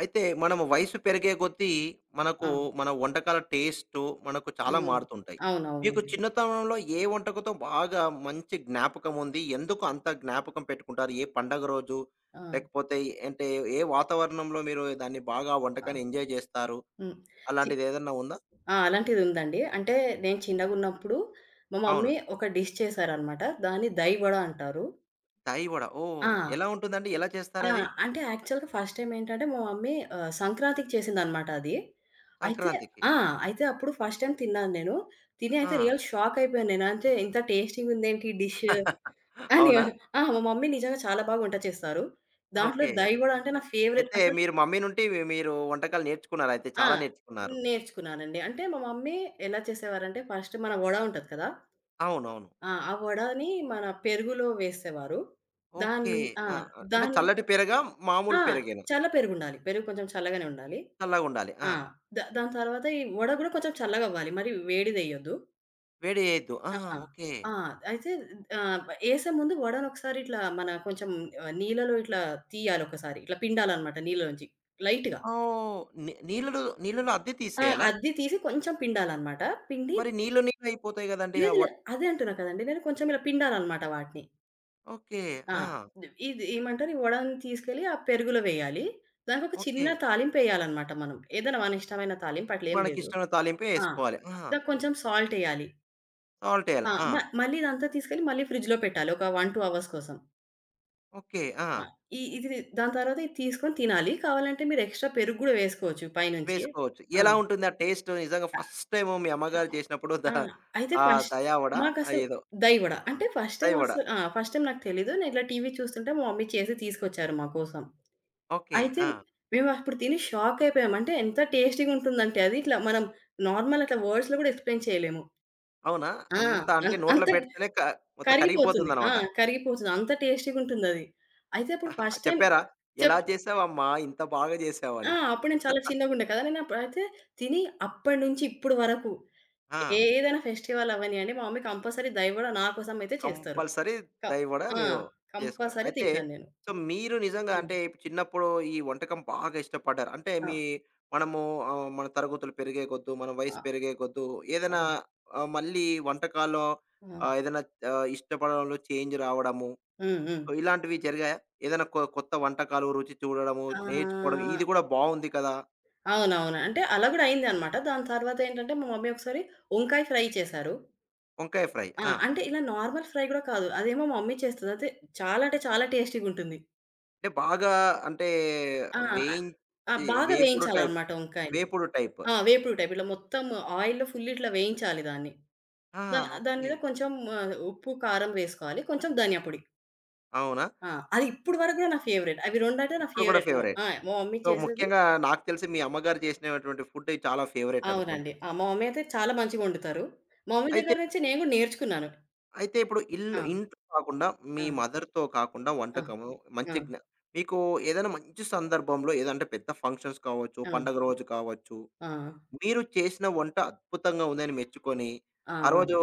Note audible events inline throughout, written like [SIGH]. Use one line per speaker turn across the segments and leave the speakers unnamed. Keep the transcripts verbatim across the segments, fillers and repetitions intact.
అయితే మనం వయసు పెరిగే కొద్దీ మనకు
ఆ!
మన వంటకాల టేస్టు మనకు చాలా
హ్మ్.
మారుతుంటాయి. మీకు
అవునవునండి.
చిన్నతనంలో ఏ వంటకంతో బాగా మంచి జ్ఞాపకం ఉంది? ఎందుకు అంత జ్ఞాపకం పెట్టుకుంటారు? ఏ పండగ రోజు?
ఆ!
లేకపోతే అంటే ఏ వాతావరణంలో మీరు దాన్ని బాగా ఆ
ఆ!
వంటకాన్ని ఎంజాయ్ జేస్తారు?
హ్మ్. చి
అలాంటిదేదన్నా ఉందా?
ఆ! అలాంటిదుందండి. అంటే నేను చిన్నగున్నప్పుడు మా
అవును.
మమ్మీ ఒక డిష్ చేశారనమాట. దాన్ని దహి వడ అంటారు.
దహి వడ.
ఆ!
ఓహ్! ఎలా ఉంటుందండి? ఎలా
ఆ!
చేస్తారది?
అంటే యాక్చువల్‌గా ఫస్ట్ టైమ్ ఏంటంటే మా మమ్మీ ఆహ్, సంక్రాంతికి చేసిందనమాట అది. అయితే
సంక్రాంతికి.
ఆ! అయితే అప్పుడు ఫస్ట్ టైమ్ తిన్నాను నేను. తిని అయితే
ఆ!
రియల్ షాక్ అయిపోయాను నేను. అంటే ఇంత టేస్టీగుందేంటి ఈ డిష్
[LAUGHS]
అని.
అవునా?
ఆ! మా మమ్మీ నిజంగా చాలా బాగా వంట చేస్తారు. దాంట్లో
ఓకే.
దహి వడ అంటే నా ఫేవరెట్
అయితే
అసలు.
మీరు మమ్మీ నుండి మీరు వంటకాలు నేర్చుకున్నారయితే.
ఆ!
చాలా నేర్చుకున్నారు.
నేర్చుకున్నానండి. అంటే మా మమ్మీ ఎలా చేసేవారంటే ఫస్ట్ మన వడ ఉంటది కదా!
అవునవును.
ఆ! ఆ వడని మన పెరుగులో వేసేవారు.
ఓకే.
దాన్ని ఆ!
ఆ! ఆ! అంటే
దాన్ని
చల్లటి పెరగా? మామూలు
ఆ!
పెరగేనా?
చల్ల పెరుగుండాలి. పెరుగు కొంచెం చల్లగానే ఉండాలి.
చల్లగుండాలి. ఆ!
ఆ! ద దాని తర్వాత ఈ వడ గూడా కొంచెం చల్లగవ్వాలి. మరి వేడిదేయొద్దు.
వేడి చేయొద్దు. ఆ!
ఆ!
ఓకే.
ఆ! అయితే ఆహ్, ఏసే ముందు వడను ఒకసారి ఇట్లా మన కొంచెం ఆహ్, నీళ్ళలో ఇట్లా తీయాలి ఒకసారి. ఇట్లా పిండాలన్నమాట నీళ్ళలోంచి లైట్‌గా.
ఓహ్! ని నీళ్ళలో నీళ్ళలో అద్ది
ఆ!
తీసేయాలా?
అద్ది తీసి కొంచెం పిండాలన్నమాట. పిండి.
మరి నీళ్ళు నీళ్ళు అయిపోతాయి గదండీ! ఆ
లేదు
వొడ్
లేదు. అదే అంటున్నా కదండీ. నేను కొంచెం ఇలా పిండాలనమాట వాటిని.
ఓకే.
ఆ!
ఆ!
ఇది ఏమంటారు? ఈ వడని తీసుకెళ్ళి ఆ పెరుగులో వేయాలి. దానికొక చిన్న
ఓకే.
తాలింపెయ్యాలనమాట మనం. ఏదైనా మన ఇష్టమైన తాలింపు అట్లేం లేదు.
మనకిష్టమైన తాలింపే
ఆ!
యేసుకోవాలి. ఆ!
దానికి కొంచెం సాల్టెయ్యాలి.
సాల్ట్ ఎయాలి.
ఆ!
ఆ!
మ మళ్ళీ ఇదంతా తీసుకెళ్ళి మళ్ళీ ఫ్రిడ్జ్‌లో పెట్టాలి. ఒక ఒకటి, రెండు అవర్స్ కోసం.
ఓకే. ఆ!
ఆ! ఈ ఇది, దాని తర్వాత ఇది తీసుకొని తినాలి. కావాలంటే మీరు ఎక్స్‌ట్రా పెరుగు గూడా వేసుకోవచ్చు పైనుంచి.
వేసుకోవచ్చు.
ఆ!
ఎలా ఉంటుంది ఆ టేస్ట్? నిజంగా ఫస్ట్ టైము మీ అమ్మగారు చేసినప్పుడు ద
ఆ! అయితే
ఆ
ఫస్ట్
దయా వడ ఆ
మాకసలు
ఏదో
దହି వడ.
ఆ!
అంటే ఫస్ట్
దయ
టైమ్
వడ.
అసలు. ఆ! ఫస్ట్ టైమ్ నాకు తెలీదు. నేను ఇట్లా టీవీ చూస్తుంటే మా మమ్మీ చేసి తీసుకొచ్చారు మా కోసం.
ఓకే.
అయితే
ఆ!
మేము అప్పుడు తిని షాక్ అయిపోయాం. అంటే ఎంత టేస్టీగా ఉంటుందంటే అది ఇట్లా మనం నార్మల్ అట్లా వర్డ్స్‌లో కూడా ఎక్స్‌ప్లెయిన్ చేయలేము.
అవునా?
ఆ!
అంత అంటే
అన్
నోట్లో
అంత
పెడితేనే క మొత్తం
కరిగిపోతుంది. ఆ!
కరిగిపోతుందన్నమాట.
కరిగిపోతుంది. అంత టేస్టీగా ఉంటుందది. అయితే అప్పుడు
[LAUGHS]
ఫస్ట్ టైమ్.
చెప్పారా? "ఎలా
చెప్
చేశావమ్మా ఇంత బాగా
ఆ!
చేశావని?"
అప్పుడు నేను చాలా చిన్నగుండే కదా! నేను అప్పుడైతే తిని అప్పటి నుంచి ఇప్పటి వరకు
ఆ!
ఏదైనా ఫెస్టివల్ అవ్వనియండి, మా మమ్మీ కంపల్సరీ దహిబడ నా కోసం అయితే చేస్తారు.
కంపల్సరీ
క
దయవడ
ఆ!
మీరు చేసుకున్న
కంపల్సరీ
అయితే
తింటాను నేను.
సో, మీరు నిజంగా
హ్మ్.
అంటే ఇప్పుడు చిన్నప్పుడు ఈ వంటకం బాగా ఇష్టపడ్డారు. అంటే
ఆ!
మీ మనము ఆహ్, మన తరగతులు పెరిగే కొద్దు, మన వయసు
ఆ!
పెరిగే కొద్దు ఏదైనా
హ్మ్.
ఆహ్, మళ్ళీ వంటకాల్లో
ఆ!
ఆహ్, ఏదైనా ఆహ్, ఇష్టపడడంలో చేంజ్ రావడము
హ్మ్. హ్మ్.
సో ఇలాంటివి జరిగాయా? ఏదైనా కొ కొత్త వంటకాలు రుచి చూడడము, నేర్చుకోవడం
ఆహ్,
ఇది కూడా బావుంది కదా!
అవునవును. అంటే అలా గూడా అయిందనమాట. దాని తర్వాతేంటంటే, మా మమ్మీ ఒకసారి వంకాయ ఫ్రై చేశారు.
వంకాయ ఫ్రై.
ఆ!
ఆ!
అంటే ఇలా నార్మల్ ఫ్రై గూడా కాదు. అదేమో మా మమ్మీ చేస్తది. అయితే చాలా అంటే చాలా టేస్టీగుంటుంది.
అంటే బాగా అంటే
ఆ! ఆ!
వేయించి
బాగా
వేపుడు టైప్.
వేయించాలనమాట వంకాయని.
వేపుడు టైప్.
ఆ! వేపుడు టైప్. ఇట్లా మొత్తం ఆయిల్‌లో ఫుల్ ఇట్లా వేయించాలి దాన్ని.
ఆ!
దా దాని
ఓకే.
మీద కొంచెం ఆహ్, ఉప్పు, కారం వేసుకోవాలి. కొంచెం ధనియా పొడి.
అవునా?
ఆ! అది ఇప్పుడు వరకు కూడా నా ఫేవరెట్. అవి రెండు అంటే నా
ఇప్పుడు కూడా
ఫేవరెట్. మా
ఫేవరైట్.
ఆ! మా మమ్మీ
సో,
చేసేది.
ముఖ్యంగా నాకు తెలిసి మీ అమ్మగారు చేసినటువంటి ఫుడ్ చాలా ఫేవరైట్ అనుకుంటా.
అవునండి. ఆ! మా మమ్మీ అయితే చాలా మంచిగొండుతారు. మా మమ్మీ
అయితే,
దగ్గర నుంచి నేను కూడా నేర్చుకున్నాను.
అయితే ఇప్పుడు ఇల్లు
ఆ!
ఇంట్లో కాకుండా మీ
ఆ!
మదర్‌తో కాకుండా
ఆ!
వంటకము
ఆ!
మంచి జ్ఞ మీకు ఏదైనా మంచి సందర్భంలో ఏదంటే పెద్ద ఫంక్షన్స్ కావచ్చు,
ఆ!
పండగ రోజు కావచ్చు
ఆ!
మీరు చేసిన వంట అద్భుతంగా ఉందని మెచ్చుకొని,
ఆ!
ఆ రోజు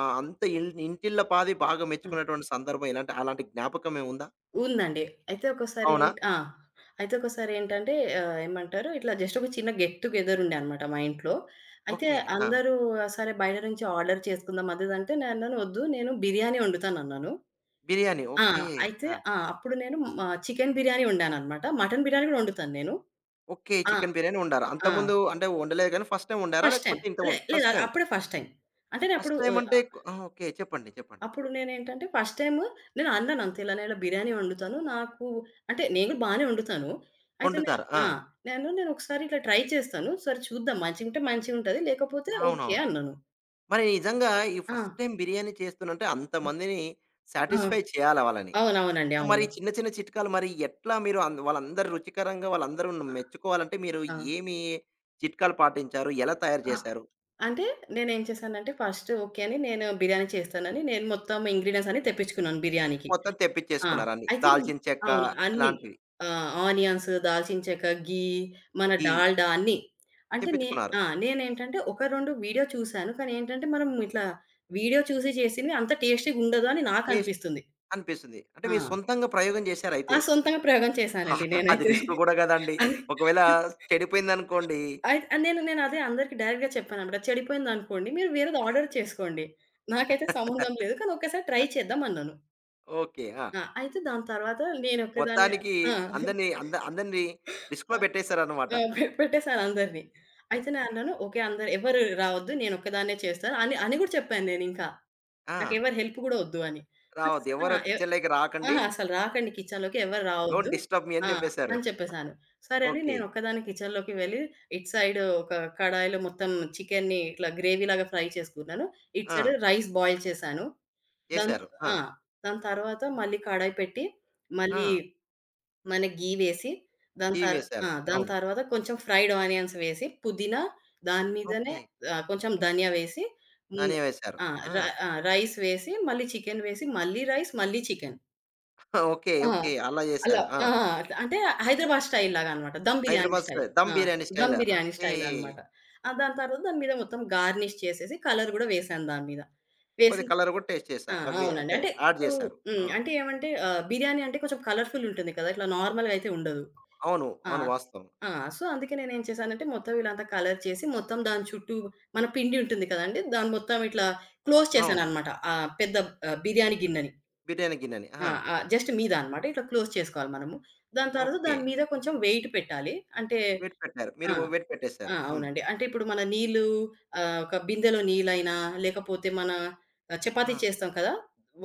ఆహ్, అంత ఇల్ ఇంటిల్లపాది బాగా
ఆ!
మెచ్చుకున్నటువంటి సందర్భం ఇలాంటి అలాంటి జ్ఞాపకం ఏముందా?
ఉందండి. అయితే ఒకోసారి
అవునా?
ఏంట్ ఆ! అయితే ఒకోసారి ఏంటంటే ఆహ్, ఏమంటారు ఇట్లా జస్ట్ ఒక చిన్న గెట్ టుగెదర్ ఉండే అన్నమాట మా ఇంట్లో. అయితే
ఓకే. ఆ!
అందరూ సరే బయట నుంచి ఆర్డర్ చేసుకుందాం అది ఇది అంటే నేనన్నాను, వద్దు నేను బిర్యానీ వండుతానన్నాను.
బిర్యానీ.
ఆ!
ఓకే.
అయితే
ఆ!
ఆ! అప్పుడు నేను ఆహ్, చికెన్ బిర్యానీ వండానన్నమాట. మటన్ బిర్యానీ కూడా వండుతాను నేను.
ఓకే.
ఆ!
చికెన్ బిర్యానీ వండారు.
ఆ!
అంతకుముందు అంటే వండలేదు కానీ ఫస్ట్ టైమ్ వండారా?
First time.
లేకపోతే ఇంతకు
లే
ముందు
లేదు,
ఫస్ట్ టైమ్.
అప్పుడే ఫస్ట్ టైమ్. అంటే నేను
ఫస్ట్
అప్పుడు.
టైమ్ అంటే ఆహ్, ఓకే. చెప్పండి. చెప్పండి.
అప్పుడు నేనేంటంటే ఫస్ట్ టైము నేను అన్నానంతే, ఇలా నేను బిర్యానీ వండుతాను. నాకు అంటే నేను కూడా బానే వండుతాను. అయితే నే
వండుతారు. ఆ!
ఆ! నేను నేనొకసారి ఇట్లా ట్రై చేస్తాను. సరే చూద్దాం, మంచిగుంటే మంచిగుంటది. లేకపోతే ఓకే
అవునవును.
అన్నాను.
మరి నిజంగా ఈ
ఆ!
ఫస్ట్ టైమ్ బిర్యానీ చేస్తున్నంటే అంతమందిని
ఆ!
సాటిస్ఫై చేయాల వాళ్ళని.
అవునవునండి.
మరి
అవును.
చిన్న, చిన్న చిట్కాలు మరి ఎట్లా మీరు అన్ వాళ్ళందరూ రుచికరంగా వాళ్ళందరూ మెచ్చుకోవాలంటే మీరు
ఆ!
ఏమి చిట్కాలు పాటించారు? ఎలా తయారు
ఆ!
చేశారు?
అంటే నేనేం చేశానంటే ఫస్ట్ ఓకే అని, నేను బిర్యానీ చేస్తానని నేను మొత్తం ఇంగ్రీడియెంట్స్ అన్నీ తెప్పించుకున్నాను బిర్యానీకి.
మొత్తం
ఆ!
తెప్పించేసుకున్నారు అన్నీ.
అయితే నేను.
దాల్చిన చెక్క
అవును. అన్నీ.
అలాంటివి.
ఆహ్, ఆనియన్స్, దాల్చిన చెక్క, ఘీ, మన
ఘీ
డాల్డా అన్నీ. అంటే నే
తెప్పించుకున్నారు.
ఆ! నేనేంటంటే ఒక రెండు వీడియో చూసాను. కానీ ఏంటంటే మనం ఇట్లా వీడియో చూసి చేసినవి అంత టేస్టీ‌గా ఉండదు అని
టేస్ట్
నాకనిపిస్తుంది.
అనిపిస్తుంది. అంటే
ఆ!
మీరు సొంతంగా ప్రయోగం
ఆ!
చేశారయితే.
సొంతంగా ప్రయోగం చేశానండి
అది
నేనైతే.
రిస్క్ గూడా గదండీ!
అది.
ఒకవేళ చెడిపోయిందనుకోండి
అయి నేను నేనదే అందరికి డైరెక్ట్‌గా చెప్పానన్నమాట. చెడిపోయిందనుకోండి మీరు వేరేది ఆర్డర్ చేసుకోండి. నాకైతే సంబంధం లేదు. కానీ ఒక్కసారి ట్రై చేద్దాం అన్నాను.
ఓకే. ఆ!
ఆ! అయితే దాని తర్వాత నేనొక్కదాన్నే.
మొత్తానికి
ఆ!
అందరిని అంద అందరిని
ఆ!
రిస్క్‌లో పెట్టేసారన్నమాట.
ఆ! పె పెట్టేసాను అందరిని. అయితే నేనన్నాను, "ఓకే. అందరు ఎవరు రావద్దు. నేనొక్కదాన్నే చేస్తాను" అని, అని గూడా చెప్పాను నేనింకా.
ఆ!
నాకెవరి హెల్ప్ గూడా ఒద్దు అని. ప్లస్
రావద్దు. ఎవరు
ఆ! ఎ
కిచెన్‌లోకి రాకండి.
అహా! అసలు రాకండి కిచెన్‌లోకి, ఎవరు రావద్దు.
డోంట్ డిస్టర్బ్ మీ అని
ఆ!
జెప్పేసారు.
అని చెప్పేసాను. సరే అని
ఓకే.
నేనొక్కదాన్ని కిచెన్‌లోకి వెళ్ళి, ఇటు సైడ్ ఒక కడాయిలో మొత్తం చికెన్‌ని ఇట్లా గ్రేవీలాగా ఫ్రై చేసుకున్నాను. ఇటు
ఆ!
సైడ్ రైస్ బాయిల్ చేశాను. దాని
చేశారు. ఆ!
ఆ! దాని తర్వాత మళ్ళీ కడాయి పెట్టి, మళ్ళీ
ఆ!
మన ఘీ వేసి, దాని
టీ
తర్
వేశారు.
ఆ! దాని
అవును.
తర్వాత కొంచెం ఫ్రైడ్ ఆనియన్స్ వేసి, పుదీనా దాని మీదనే
ఓకే.
ఆహ్, కొంచెం ధనియా వేసి, హ్మ్.
ధనియా వేశారు.
ఆ!
ఆ!
ర ఆ! రైస్ వేసి, మళ్ళీ చికెన్ వేసి, మళ్ళీ రైస్, మళ్ళీ చికెన్.
ఆ, ఓకే.
ఆ!
ఓకే. అలా
అలా
చేశారు. ఆ!
ఆ! అట్లా అంటే హైదరాబాద్ స్టైల్ లాగనమాట. దమ్ బిర్యానీ
హైదరాబాద్
స్టైల్.
స్టైల్. దమ్
ఆ!
Biryani
dum
style.
Biryani
okay.
Style అనమాట. ఆ! దాని తర్వాత దాని మీద మొత్తం గార్నిష్ చేసేసి కలర్ గూడా వేశాను దాని మీద. వేసిన.
కొద్దిగా కలర్ కూడా టేస్ట్ చేశా.
ఆ!
అవే
అవునండి.
అంటే
అంటే
యాడ్
ఇప్పుడు.
చేశారు. ఆ!
హ్మ్. అంటే ఏమంటే ఆహ్, బిర్యానీ అంటే కొంచెం కలర్‌ఫుల్ ఉంటుంది కదా! ఇట్లా నార్మల్‌గా అయితే ఉండదు.
అవును.
ఆ!
అవును. వాస్తవం.
ఆ! సో, అందుకే నేనేం చేశానంటే మొత్తం ఇలా అంతా కలర్ చేసి, మొత్తం దాని చుట్టూ మన పిండి ఉంటుంది కదండీ! దాన్ని మొత్తం ఇట్లా క్లోజ్
అవును.
చేశాననమాట. ఆ పెద్ద ఆహ్, బిర్యానీ గిన్నెని.
బిర్యానీ గిన్నెని. ఆ!
ఆ! ఆ! జస్ట్ మీద అనమాట. ఇట్లా క్లోజ్ చేసుకోవాలి మనము. దాని తర్వాత
ఓకే.
దాని మీద కొంచెం వెయిట్ పెట్టాలి. అంటే
వేడి పెట్టారు.
ఆ!
మీరు వేడి
ఆ!
పెట్టేశారు. హ్మ్.
అవునండి. అంటే ఇప్పుడు మన నీళ్ళు, ఆహ్, ఒక బిందెలో నీళ్ళైనా, లేకపోతే మన చపాతీ
ఆ!
చేస్తాం కదా!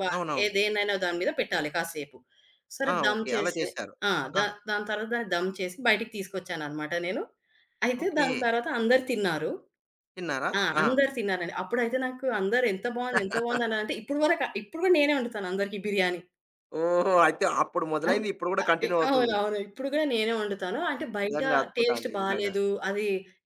వ ఏ
అవునవును.
దేన్నైనా దాని మీద పెట్టాలి కాసేపు. సరే
ఆ!
దమ్
ఓకే. అలా
చేసి
చేశారు.
ఆ!
ఆ!
దా దాని తర్వాత దాన్ని దమ్ చేసి బయటికి తీసుకొచ్చాననమాట నేను. అయితే
ఓకే.
దాని తర్వాత అందరూ తిన్నారు.
తిన్నారా?
ఆ!
ఆ!
అందరూ తిన్నారండి. అప్పుడైతే నాకు అందరూ ఎంత బావుంది, ఎంత
[LAUGHS]
బావుందనంటే, ఇప్పుడు వరకు, ఇప్పుడు కూడా నేనే వండుతాను అందరికీ బిర్యానీ.
ఓహో! అయితే అప్పుడు
అన్
మొదలైంది ఇప్పుడు కూడా
ఆహ్, ఎ
కంటిన్యూ అవుతుంది.
అవునవును. ఇప్పుడు గూడా నేనే వండుతాను. అంటే బయట
నిజంగా అద్భుతం
టేస్ట్
అండి. నిజంగా.
బాలేదు. అది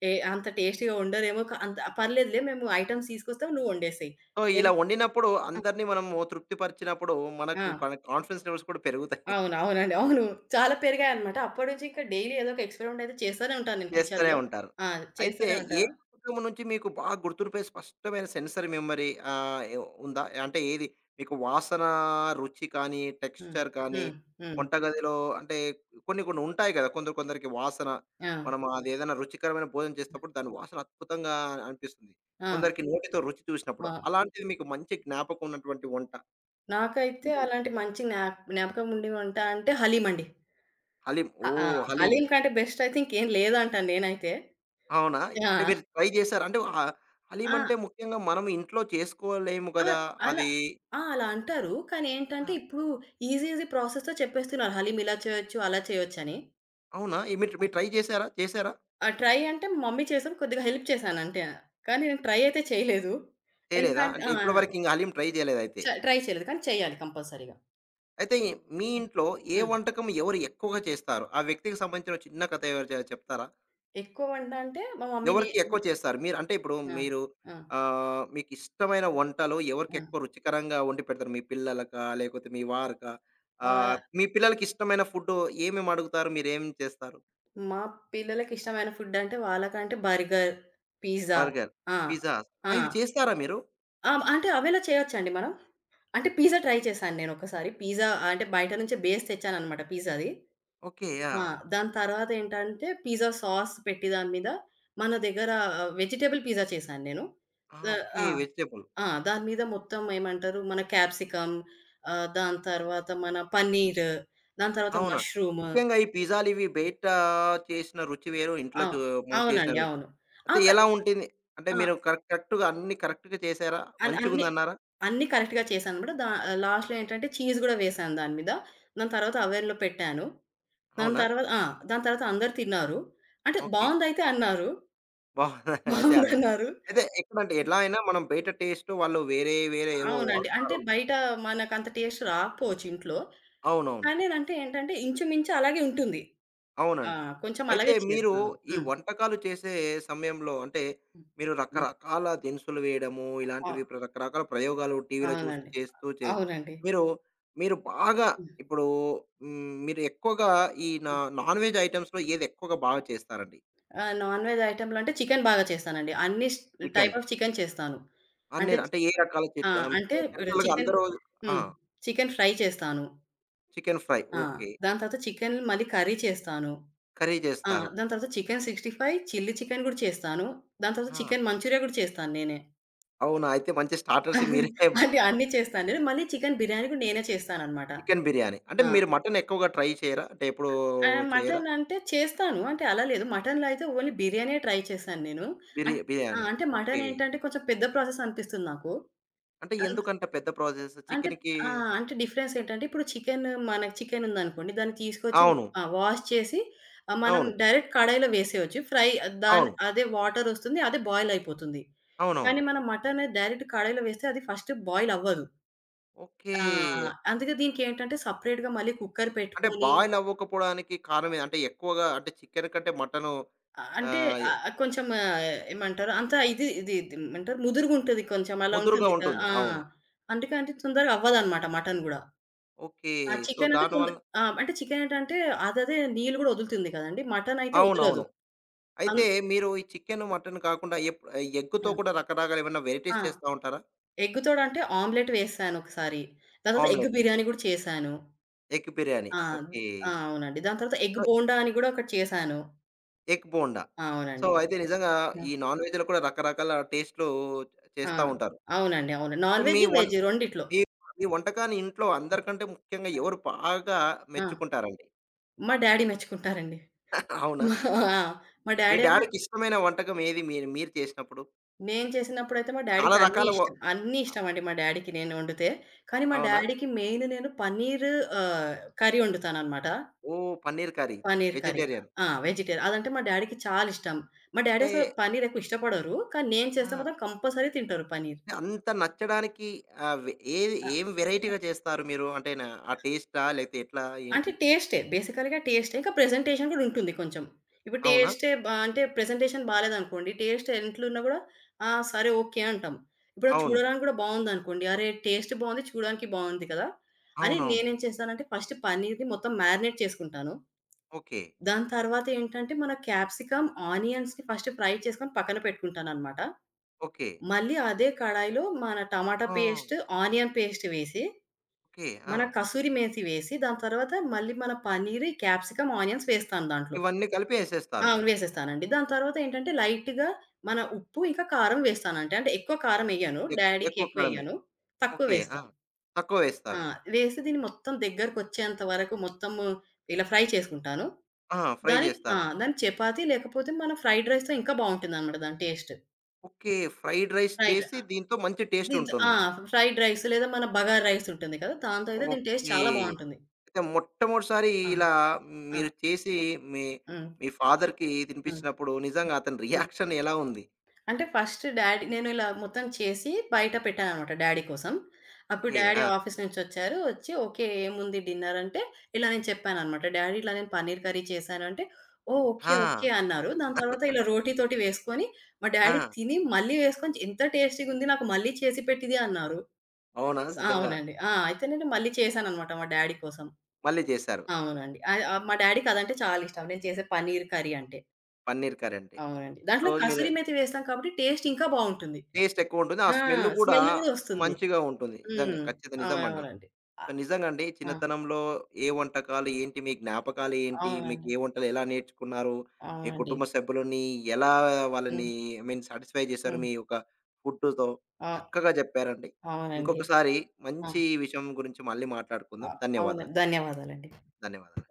ఏ అంత టేస్టీ‌గా వండరేమో. క అంత పర్లేదులే మేము ఐటెమ్స్ తీసుకొస్తాం, నువ్వు వండేసేయి.
సో, ఇలా
ఎవ్
వండినప్పుడు
ఆ!
అందరిని మనము తృప్తిపరిచినప్పుడు
ఆ!
మనకు మన కాన్ఫిడెన్స్ లెవెల్స్ కూడా పెరుగుతాయి.
అవును.
[LAUGHS]
అవునండి. అవును. చాలా పెరిగాయన్నమాట. అప్పటి నుంచి ఇంకా డైలీ ఏదో ఒక ఎక్స్‌పెరిమెంట్ అయితే చేస్తూనే ఉంటాను నేను
చేస్తూనే
కిచెన్‌లో.
ఉంటారు.
ఆ!
అయితే
చేస్తూనే
ఏ
ఉంటాను.
వంటకం నుంచి మీకు బాగా గుర్తుండిపోయే స్పష్టమైన సెన్సరీ మెమరీ ఆహ్, ఎ ఉందా? అంటే ఏది? మీకు వాసన, రుచి కానీ,
హ్మ్.
టెక్స్చర్ కానీ,
హ్మ్. హ్మ్.
వంటగదిలో అంటే కొన్ని కొన్ని ఉంటాయి కదా! కొందరు కొందరికి వాసన.
ఆ!
మనం అదేదైనా రుచికరమైన భోజనం చేసేటప్పుడు దాని వాసన అద్భుతంగా అనిపిస్తుంది.
ఆ!
కొందరికి నోటితో రుచి చూసినప్పుడు.
ఆ!
అలాంటిది మీకు మంచి జ్ఞాపకం ఉన్నటువంటి వంట
నాకైతే అలాంటి మంచి జ్ఞాప్ జ్ఞాపకం ఉండి వంట అంటే హలీమండి.
హలీం.
ఆ! ఆ!
ఓహ్! హలీం.
హలీం కంటే బెస్ట్ అయితే ఇంకేం లేదంటాను నేనైతే.
అవునా? అంటే
ఆ!
మీరు ట్రై చేసారా? అంటే ఆహ్, హలీం
ఆ!
అంటే ముఖ్యంగా మనం ఇంట్లో చేసుకోలేము
ఆ!
గదా!
అలా
అది
ఆ! అలా అంటారు. కానీ ఏంటంటే
ఆ!
ఇప్పుడు ఈజీ ఈజీ ప్రాసెస్‌తో చెప్పేస్తున్నారు. హలీం ఇలా చేయొచ్చు, అలా చేయొచ్చని.
అవునా? ఏ మీరు మీరు ట్రై చేసారా? చేసారా?
ఆ ట్రై అంటే మా మమ్మీ చేసాం, కొద్దిగా హెల్ప్ చేశాను అంతే. కానీ నేను ట్రై అయితే చేయలేదు.
చేయలేదా?
ఎందుకంటే
అంటే
ఆ!
ఇప్పటి వరకు ఇంక హలీం ట్రై చేయలేదయితే.
చ ట్రై చేయలేదు. కానీ చేయాలి కంపల్సరీగా.
అయితే అయితే మీ
ఆ!
ఇంట్లో ఏ
హ్మ్.
వంటకం ఎవరు ఎక్కువగా చేస్తారు? ఆ వ్యక్తికి సంబంధించిన చిన్న కథ ఎవరు చె చెప్తారా?
ఎక్కువ వంట అంటే మా మమ్మీ‌నే.
ఎవరికి ఎక్కువ చేస్తారు? మీరు అంటే ఇప్పుడు
ఆ!
మీరు
ఆ!
ఆహ్, మీకిష్టమైన వంటలో ఎవరికి
ఆ!
ఎక్కువ రుచికరంగా వండి పెడతారు? మీ పిల్లలకా? లేకపోతే మీ వారికా? ఆహ్,
ఆహ్,
మీ పిల్లలకిష్టమైన ఫుడ్డు ఏమేమి అడుగుతారు? మీరేం చేస్తారు?
మా పిల్లలకి ఇష్టమైన ఫుడ్ అంటే వాళ్ళకంటే బర్గర్, పిజ్జా.
బర్గర్,
ఆ!
పిజ్జాస్ ఆ!
ఆ!
ఇవి చేస్తారా మీరు?
ఆ! అంటే అవేలా చేయొచ్చండి మనం? అంటే పిజ్జా ట్రై చేశాను నేనొకసారి. పిజ్జా అంటే బయట నుంచే బేస్ తెచ్చాననమాట పిజ్జాది.
ఓకే. ఆ!
ఆ! దాని తర్వాతేంటంటే పిజ్జా సాస్ పెట్టి దాని మీద, మన దగ్గర ఆహ్, వెజిటబుల్ పిజ్జా చేశాను నేను.
ఆ!
The
okay.
ఆ!
వెజిటబుల్.
ఆ! దాని మీద మొత్తం ఏమంటారు మన క్యాప్సికమ్, ఆహ్, దాని తర్వాత మన పన్నీర్, దాని తర్వాత
అవునా?
మష్రూమ్.
ముఖ్యంగా ఈ పిజ్జాలు ఇవి బయటా చేసిన రుచి వేరు. ఇంట్లో
ఆ!
చూ మనం చేసిన
అవునండి.
రుచి.
అవును. ఆ!
అయితే
క
ఎలా ఉంటుంది? అంటే
ఆ!
మీరు కరెక్ట్ కరెక్ట్‌గా అన్నీ కరెక్ట్‌గా చేశారా?
అన్ అన్ని
మంచిగుందన్నారా?
అన్నీ కరెక్ట్‌గా చేశానన్నమాట. దా లాస్ట్‌లో ఏంటంటే చీజ్ గూడా వేశాను దాని మీద. దాని తర్వాత అవెన్‌లో పెట్టాను. దాని
అవునా?
తర్వాత ఆ! దాని తర్వాత అందరూ తిన్నారు. అంటే
ఓకే.
బావుందయితే అన్నారు.
బావుంది. అదే
[LAUGHS]
[LAUGHS] అన్న.
బావుందన్నారు.
అయితే ఎక్కడంటే ఎలా అయినా మనం బయట టేస్ట్ వాళ్ళు వేరే, వేరే ఏవో
అవునండి. అంటే
వాడతారు.
బయట మనకంత టేస్ట్ రాకపోవచ్చు ఇంట్లో.
అవునవును.
కానీ అదంటే ఏంటంటే ఇంచుమించు అలాగే ఉంటుంది. ఆ!
అవునండి.
కొంచెం
అయితే
అలాగే
మీరు
చేస్తాను.
ఈ
హ్మ్.
వంటకాలు చేసే సమయంలో అంటే
హ్మ్.
మీరు
హ్మ్.
రకరకాల దినుసులు వేయడము,
ఆ!
ఇలాంటివి ప్ర రకరకాల ప్రయోగాలు టీవీలో చూసి
అవునండి.
చేస్తూ చే
అవునండి.
మీరు, మీరు బాగా
హ్మ్.
ఇప్పుడు హ్మ్, మీరు ఎక్కువగా ఈ నా
హ్మ్.
నాన్ వెజ్ ఐటెమ్స్‌లో ఏది ఎక్కువగా బాగా చేస్తారండి?
ఆ! నాన్ వెజ్ ఐటెమ్‌లో అంటే చికెన్ బాగా చేస్తానండి. అన్ని స్
చికెన్.
టైప్ ఆఫ్ చికెన్ చేస్తాను.
అన్ని
అంటే
అంటే ఏ రకాల
ఆ!
చిట్ ఆహ్,
అంటే ఇప్పుడు
జనరల్‌గా
చికెన్.
అందరూ ఆ!
హ్మ్. చికెన్ ఫ్రై చేస్తాను.
Chicken fry.
ఆ!
ఓకే.
దాని తర్వాత చికెన్ మళ్ళీ కర్రీ చేస్తాను.
కర్రీ
ఆ!
చేస్తారు.
దాని తర్వాత చికెన్ అరవై ఐదు, చిల్లీ చికెన్ గూడా చేస్తాను. దాని తర్వాత
ఆ!
చికెన్ మంచూరియా గూడా చేస్తాను నేనే.
అవునా? అయితే మంచి స్టార్టర్స్ మీరే
[LAUGHS] అంటే అన్నీ చేస్తాను నేను. మళ్ళీ చికెన్ బిర్యానీ గూడా నేనే చేస్తాననమాట.
చికెన్ బిర్యానీ. అంటే
ఆ!
మీరు మటన్ ఎక్కువగా ట్రై చేయరా? అంటే ఎప్పుడూ
ఆహ్,
చేయరా?
మటన్ అంటే చేస్తాను. అంటే అలా లేదు. మటన్‌లో అయితే ఓన్లీ బిర్యానీయే ట్రై చేశాను నేను. అన్
బిర్యా
ఆ!
బిర్యానీ.
అంటే
ఓకే.
మటన్ ఏంటంటే కొంచెం పెద్ద ప్రాసెస్ అనిపిస్తుంది నాకు.
అంటే ఎందుకంట పెద్ద ప్రాసెస్
అంటే
చికెన్‌కి
ఆ! అంటే డిఫరెన్స్ ఏంటంటే, ఇప్పుడు చికెను, మనకి చికెన్ ఉందనుకోండి. దాన్ని తీసుకొచ్చి
అవును.
ఆ! వాష్ చేసి, ఆహ్, మనం
అవును.
డైరెక్ట్ కడాయిలో వేసేయొచ్చు. ఫ్రై. దాని
అవును.
అదే వాటర్ వస్తుంది. అదే బాయిల్ అయిపోతుంది. కానీ
అవునవును.
మనం మటన్ డైరెక్ట్ కడాయిలో వేస్తే అది ఫస్ట్ బాయిల్ అవ్వదు.
ఓకే.
ఆ! అందుకే దీనికి ఏంటంటే సెపరేట్‌గా మళ్ళీ కుక్కర్
అంటే
పెట్టుకొని,
బాయిల్ అవ్వకపోవడానికి కారణం ఏది? అంటే ఎక్కువగా అంటే చికెన్ కంటే మటను
ఆహ్, అంటే
ఆహ్,
ఆహ్, కొంచెం ఆహ్, ఏమంటారు అంత, ఇది ఇది ఏమంటారు, ముదురుగుంటది కొంచెం, అలా
ముదురుగా
ఉంటుంది కదా!
ఉంటుంది.
ఆ!
అవును.
అందుకే అంటే తొందరగా అవ్వదన్నమాట మటన్ గూడా.
ఓకే.
ఆ!
సో,
చికెన్ అంటే కొంద్
దానివల్ల
ఆ! అంటే చికెన్ ఏంటంటే అదదే నీళ్ళు గూడా వదులుతుంది కదండీ! మటన్ అయితే వదలదు.
అవునవును.
అన్
అయితే మీరు ఈ చికెను, మటన్ కాకుండా ఎప్
ఆ!
ఎగ్‌తో కూడా రకరకాల ఏమైనా
ఆ!
వెరైటీస్ చేస్తా ఉంటారా?
ఎగ్ తోడంటే ఆమ్లెట్ వేసాను ఒకసారి. దాని తర్వాత ఎగ్
ఆమ్లెట్.
బిర్యానీ గూడా చేశాను.
ఎగ్ బిర్యానీ.
ఆ!
ఓకే.
ఆ! అవునండి. దాని తర్వాత ఎగ్
సో,
బోండా అని గూడా ఒకటి చేశాను.
ఎగ్ బోండా.
ఆ!
సో,
అవునండి.
అయితే నిజంగా
ఆ!
ఈ నాన్ వెజ్‌లో కూడా రకరకాల టేస్ట్‌లు
ఆ!
చేస్తా ఉంటారు.
అవునండి. అవును.
అయితే
నాన్
మీ
వెజ్,
వం
వెజ్ రెండిట్లో.
మీ మీ వంటకాన్ని ఇంట్లో అందరికంటే ముఖ్యంగా ఎవరు బాగా
ఆ!
మెచ్చుకుంటారండి?
మా డ్యాడీ మెచ్చుకుంటారండి.
అవునా?
మా ఆ! మా
మీ
డ్యాడీ.
డ్యాడీకి ఇష్టమైన వంటకం ఏది మీరు మీరు చేసినప్పుడు?
నేను చేసినప్పుడైతే మా
చాలా
డ్యాడీకి అన్నీ
రకాల వ
ఇష్టం. అన్నీ ఇష్టమండి మా డ్యాడీకి నేను వండితే. కానీ మా
అవునా?
డ్యాడీకి మెయిన్ నేను పన్నీర్ ఆహ్, కర్రీ వండుతాననమాట.
ఓహ్! Paneer curry.
Paneer curry.
Vegetarian.
ఆ! వెజిటేరియన్. అదంటే మా డ్యాడీకి చాలా ఇష్టం. మా డ్యాడీ
అంటే
అసలు పన్నీర్ ఎక్కువ ఇష్టపడరు. కానీ నేను చేస్తే
ఆ!
మాత్రం కంపల్సరీ తింటారు పన్నీర్.
అంటే అంత నచ్చడానికి ఆహ్, వె ఏది ఏం వెరైటీగా చేస్తారు మీరు? అంటే నా ఆ టేస్టా? లేకపోతే ఎట్లా?
అంటే
ఏంటి?
టేస్టే. బేసికల్‌గా టేస్టే. ఇంకా ప్రెజెంటేషన్ గూడా ఉంటుంది కొంచెం. ఇప్పుడు
అవునా?
టేస్టే బా అంటే ప్రెజెంటేషన్ బాలేదనుకోండి, టేస్ట్ ఎంట్లున్నా గూడా ఆ! సరే ఓకే అంటాం. ఇప్పుడు
అవును.
చూడడానికి గూడా బావుందనుకోండి, అరే! టేస్ట్ బావుంది, చూడడానికి బావుంది కదా! అని.
అవునవును.
నేనేం చేస్తానంటే ఫస్ట్ పన్నీర్‌ని మొత్తం మ్యారినేట్ చేసుకుంటాను.
ఓకే.
దాని తర్వాత ఏంటంటే మన క్యాప్సికమ్, ఆనియన్స్‌ని ఫస్ట్ ఫ్రై చేసుకొని పక్కన పెట్టుకుంటాననమాట.
ఓకే.
మళ్ళీ అదే కడాయిలో మన టమాటా
ఆ!
పేస్ట్, ఆనియన్ పేస్ట్ వేసి,
ఓకే. ఆ!
మన కసూరి మేతి వేసి, దాని తర్వాత మళ్ళీ మన పన్నీర్, క్యాప్సికమ్, ఆనియన్స్ వేస్తాను దాంట్లో.
ఇవన్నీ కలిపి
ఆ!
ఏసేస్తారు.
వేసేస్తానండి. దాని తర్వాత ఏంటంటే లైట్‌గా మన ఉప్పు, ఇంకా కారం వేస్తానండి. అంటే ఎక్కువ కారం ఎయ్యను.
ఎక్
డాడీకి
ఎక్కువ కాలమే.
ఎక్కువెయ్యను. తక్కువ
ఓకే. ఆ!
వేస్తాను.
తక్కువ
ఆ!
వేస్తారు.
వేసి దీన్ని మొత్తం దగ్గరకొచ్చేంత వరకు మొత్తము ఇలా ఫ్రై చేసుకుంటాను.
ఆ! ఫ్రై
దాన్ని ఆ!
జేస్తారు.
దాన్ని చపాతీ లేకపోతే మన ఫ్రైడ్ రైస్‌తో ఇంకా బావుంటుందనమాట దాని taste.
Okay. Fried rice
fried
చేసి
ఆ!
దీంతో మంచి టేస్ట్
దీంతో ఆ!
ఉంటుంది.
ఫ్రైడ్ రైస్ లేదా మన బగారా రైస్ ఉంటుంది కదా! దాంతో అయితే దీని టేస్ట్
ఓకే.
చాలా బావుంటుంది.
అయితే మొట్టమొదటిసారి
ఆ!
ఇలా
ఆ!
మీరు చేసి మీ
హ్మ్.
మీ ఫాదర్‌కి
హ్మ్.
తినిపించినప్పుడు
హ్మ్.
నిజంగా అతని
హ్మ్.
రియాక్షన్ ఎలా ఉంది?
అంటే ఫస్ట్ డ్యాడీ నేను ఇలా మొత్తం చేసి బయట పెట్టాననమాట డ్యాడీ కోసం. అప్పుడు
ఓకే.
డ్యాడీ
ఆ!
ఆఫీస్ నుంచొచ్చారు. వచ్చి ఓకే, ఏముంది డిన్నర్ అంటే, ఇలా నేను చెప్పాననమాట. డ్యాడీ ఇలా నేను పన్నీర్ కర్రీ చేశాను అంటే, ఓహ్! ఓకే.
ఆ!
ఓకే. అన్నారు. దాని తర్వాత ఇలా రోటీతోటి వేసుకొని మా డ్యాడీ
ఆ!
తిని, మళ్ళీ వేసుకొని, ఎంత టేస్టీగుంది నాకు మళ్ళీ చేసి పెట్టిది అన్నారు.
అవునా? నిజంగా.
అవునండి. ఆ! అయితే నేను మళ్ళీ చేశాననమాట మా డ్యాడీ కోసం.
మళ్ళీ చేశారు.
అవునండి. ఆహ్, ఆహ్, మా డ్యాడీకి అదంటే చాలా ఇష్టం. నేను చేసే పన్నీర్ కర్రీ అంటే.
పన్నీర్ కర్రీ అంటే.
అవునండి.
సో,
దాంట్లో
మీరు
కసూరి మేతి వేస్తాం కాబట్టి టేస్ట్ ఇంకా బావుంటుంది.
టేస్ట్ ఎక్కువుంటుంది. ఆ
ఆ!
స్మెల్ గూడా
స్మెల్ గూడా వస్తుంది.
మంచిగా ఉంటుంది. నిజంగా.
హ్మ్.
ఖచ్చితంగా నిజమండి.
అవునవునండి. అ
సో, నిజంగండి
ఆ!
చిన్నతనంలో ఏ వంటకాలు ఏంటి? మీ జ్ఞాపకాలేంటి? మీకు
అవునండి.
ఏ వంటలు ఎలా నేర్చుకున్నారు? మీ
అవునండి.
కుటుంబ సభ్యులని ఎలా వాళ్ళని
హ్మ్.
ఐ మీన్ సాటిస్ఫై చేశారు
హ్మ్.
మీ యొక్క ఫుడ్‌తో?
అ
చక్కగా జెప్పారండి.
అవునండి.
ఇంకొకసారి
ఆ!
మంచి విషయం గురించి మళ్ళీ
అ
మాట్లాడుకుందాం. ధన్యవాదాలు.
అవునండి. ధన్యవాదాలండి.
ధన్యవాదాలు.